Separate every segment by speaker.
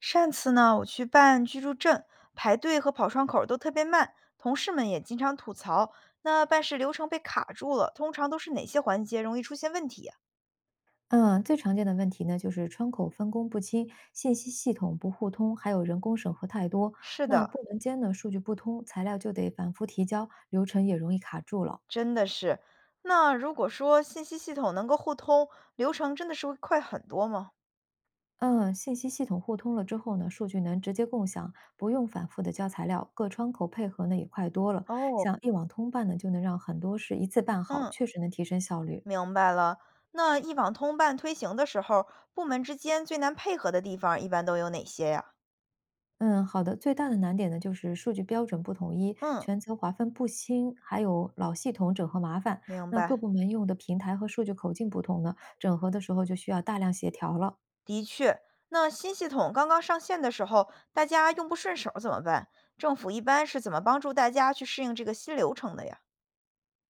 Speaker 1: 上次呢，我去办居住证，排队和跑窗口儿都特别慢，同事们也经常吐槽。那办事流程被卡住了，通常都是哪些环节容易出现问题呀？
Speaker 2: 嗯，最常见的问题呢，就是窗口分工不清、信息系统不互通，还有人工审核太多。
Speaker 1: 是
Speaker 2: 那
Speaker 1: 的，
Speaker 2: 部门间呢，数据不通，材料就得反复提交，流程也容易卡住了。
Speaker 1: 真的是。那如果说信息系统能够互通，流程真的是会快很多吗？
Speaker 2: 嗯，信息系统互通了之后呢，数据能直接共享，不用反复的交材料，各窗口配合呢也快多了。
Speaker 1: 哦，
Speaker 2: 像一网通办呢，就能让很多事一次办好，
Speaker 1: 嗯，
Speaker 2: 确实能提升效率。
Speaker 1: 明白了。那一网通办推行的时候，部门之间最难配合的地方一般都有哪些呀？
Speaker 2: 嗯，好的。最大的难点呢，就是数据标准不统一，
Speaker 1: 嗯，
Speaker 2: 权责划分不清，还有老系统整合麻烦。
Speaker 1: 明
Speaker 2: 那各
Speaker 1: 白。
Speaker 2: 部门用的平台和数据口径不同呢，整合的时候就需要大量协调了。
Speaker 1: 的确，那新系统刚刚上线的时候，大家用不顺手怎么办？政府一般是怎么帮助大家去适应这个新流程的呀？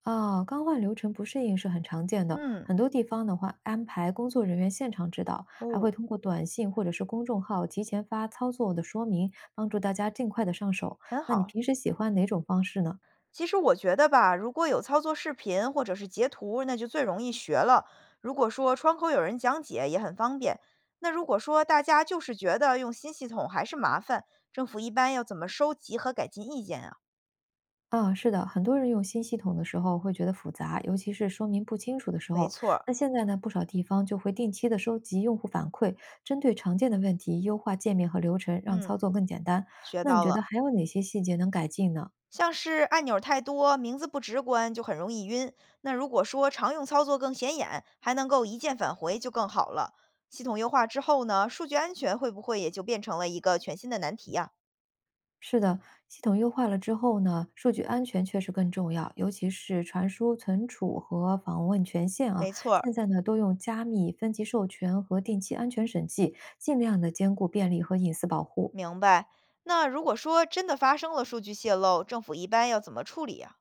Speaker 2: 啊，刚换流程不适应是很常见的，
Speaker 1: 嗯，
Speaker 2: 很多地方的话安排工作人员现场指导，还
Speaker 1: 哦，
Speaker 2: 会通过短信或者是公众号提前发操作的说明，帮助大家尽快的上手。
Speaker 1: 很
Speaker 2: 那你
Speaker 1: 好。
Speaker 2: 平时喜欢哪种方式呢？
Speaker 1: 其实我觉得吧，如果有操作视频或者是截图，那就最容易学了。如果说窗口有人讲解也很方便。那如果说大家就是觉得用新系统还是麻烦，政府一般要怎么收集和改进意见啊？
Speaker 2: 啊，是的，很多人用新系统的时候会觉得复杂，尤其是说明不清楚的时
Speaker 1: 没
Speaker 2: 候。
Speaker 1: 错儿，
Speaker 2: 那现在呢，不少地方就会定期的收集用户反馈，针对常见的问题优化界面和流程，让
Speaker 1: 嗯，
Speaker 2: 操作更简单。
Speaker 1: 学
Speaker 2: 那你
Speaker 1: 到
Speaker 2: 觉得
Speaker 1: 了。
Speaker 2: 还有哪些细节能改进呢？
Speaker 1: 像是按钮太多，名字不直观，就很容易晕。那如果说常用操作更显眼，还能够一键返回，就更好了。系统优化之后呢，数据安全会不会也就变成了一个全新的难题呀？
Speaker 2: 是的，系统优化了之后呢，数据安全确实更重要，尤其是传输、存储和访问权限啊。
Speaker 1: 没错儿，
Speaker 2: 现在呢，都用加密、分级授权和定期安全审计，尽量的兼顾便利和隐私保护。
Speaker 1: 明白。那如果说真的发生了数据泄露，政府一般要怎么处理呀？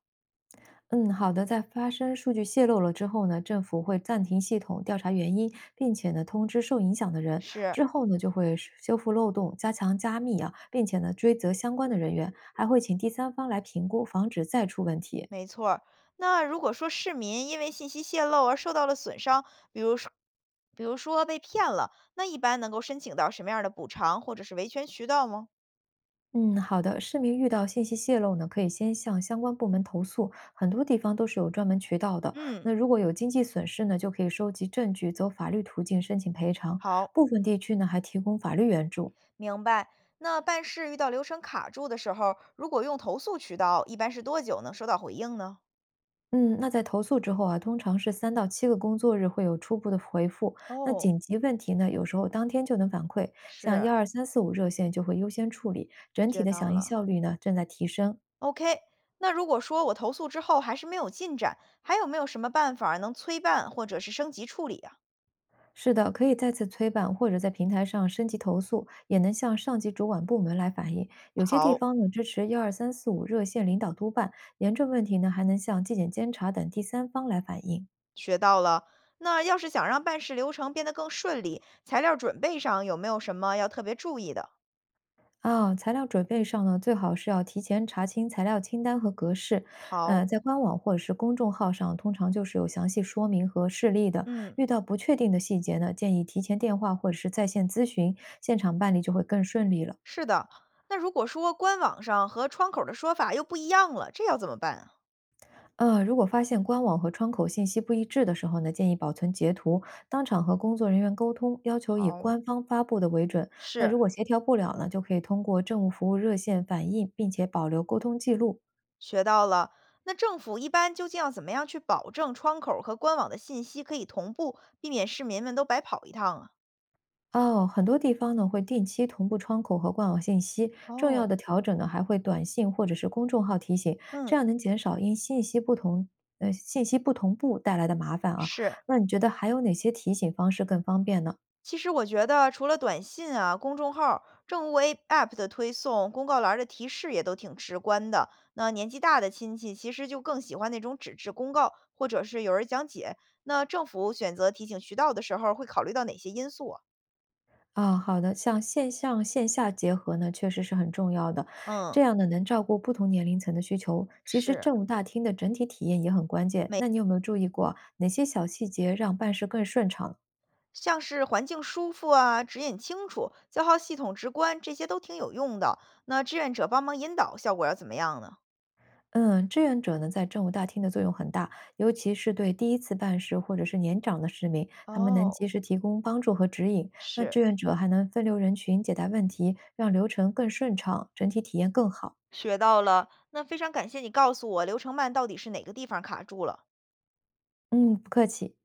Speaker 2: 嗯，好的。在发生数据泄露了之后呢，政府会暂停系统调查原因，并且呢通知受影响的人。
Speaker 1: 是，
Speaker 2: 之后呢就会是修复漏洞、加强加密啊，并且呢追责相关的人员，还会请第三方来评估，防止再出问题。
Speaker 1: 没错儿。那如果说市民因为信息泄露而受到了损伤，比如说，比如说被骗了，那一般能够申请到什么样的补偿或者是维权渠道吗？
Speaker 2: 嗯，好的。市民遇到信息泄露呢，可以先向相关部门投诉，很多地方都是有专门渠道的。
Speaker 1: 嗯，
Speaker 2: 那如果有经济损失呢，就可以收集证据，走法律途径申请赔偿。
Speaker 1: 好，
Speaker 2: 部分地区呢还提供法律援助。
Speaker 1: 明白。那办事遇到流程卡住的时候，如果用投诉渠道，一般是多久能收到回应呢？
Speaker 2: 嗯，那在投诉之后啊，通常是3到7个工作日会有初步的回复。那
Speaker 1: 哦，
Speaker 2: 紧急问题呢，有时候当天就能反馈，像
Speaker 1: 是，
Speaker 2: 幺二三四五热线就会优先处理，整体
Speaker 1: 学
Speaker 2: 的
Speaker 1: 到
Speaker 2: 响应
Speaker 1: 了。
Speaker 2: 效率呢正在提升。
Speaker 1: OK，那如果说我投诉之后还是没有进展，还有没有什么办法能催办或者是升级处理啊？
Speaker 2: 是的，可以再次催办或者在平台上升级投诉，也能向上级主管部门来反映。有些地
Speaker 1: 好，
Speaker 2: 方呢支持幺二三四五热线领导督办，严重问题呢还能向纪检监察等第三方来反映。
Speaker 1: 学到了。那要是想让办事流程变得更顺利，材料准备上有没有什么要特别注意的？
Speaker 2: 啊，材料准备上呢，最好是要提前查清材料清单和格式。
Speaker 1: 好，
Speaker 2: 在官网或者是公众号上，通常就是有详细说明和示例的。
Speaker 1: 嗯，
Speaker 2: 遇到不确定的细节呢，建议提前电话或者是在线咨询，现场办理就会更顺利了。
Speaker 1: 是的。那如果说官网上和窗口的说法又不一样了，这要怎么办啊？
Speaker 2: 如果发现官网和窗口信息不一致的时候呢，建议保存截图，当场和工作人员沟通，要求以
Speaker 1: 好，
Speaker 2: 官方发布的为准。那
Speaker 1: 是，
Speaker 2: 如果协调不了呢，就可以通过政务服务热线反映，并且保留沟通记录。
Speaker 1: 学到了。那政府一般究竟要怎么样去保证窗口儿和官网的信息可以同步，避免市民们都白跑一趟啊？
Speaker 2: 哦，很多地方呢会定期同步窗口和官网信息，重要
Speaker 1: 哦，
Speaker 2: 的调整呢还会短信或者是公众号提醒，
Speaker 1: 嗯，
Speaker 2: 这样能减少因信息不同步带来的麻烦啊。
Speaker 1: 是。
Speaker 2: 那你觉得还有哪些提醒方式更方便呢？
Speaker 1: 其实我觉得，除了短信啊、公众号儿、政务 A App 的推送、公告栏儿的提示也都挺直观的。那年纪大的亲戚其实就更喜欢那种纸质公告，或者是有人讲解。那政府选择提醒渠道的时候，会考虑到哪些因素啊？
Speaker 2: 啊，好的，像线上线下结合呢，确实是很重要的，
Speaker 1: 嗯，
Speaker 2: 这样呢能照顾不同年龄层的需求。其实
Speaker 1: 是。
Speaker 2: 政务大厅的整体体验也很关键，那你有没有注意过啊哪些小细节让办事更顺畅呢？
Speaker 1: 像是环境舒服啊、指引清楚、消耗系统直观，这些都挺有用的。那志愿者帮忙引导，效果要怎么样呢？
Speaker 2: 嗯，志愿者呢，在政务大厅的作用很大，尤其是对第一次办事或者是年长的市民，他们能
Speaker 1: 哦，
Speaker 2: 及时提供帮助和指引。那
Speaker 1: 是，
Speaker 2: 志愿者还能分流人群，解答问题，让流程更顺畅，整体体验更好。
Speaker 1: 学到了。那非常感谢你告诉我，流程慢到底是哪个地方卡住了。
Speaker 2: 嗯，不客气。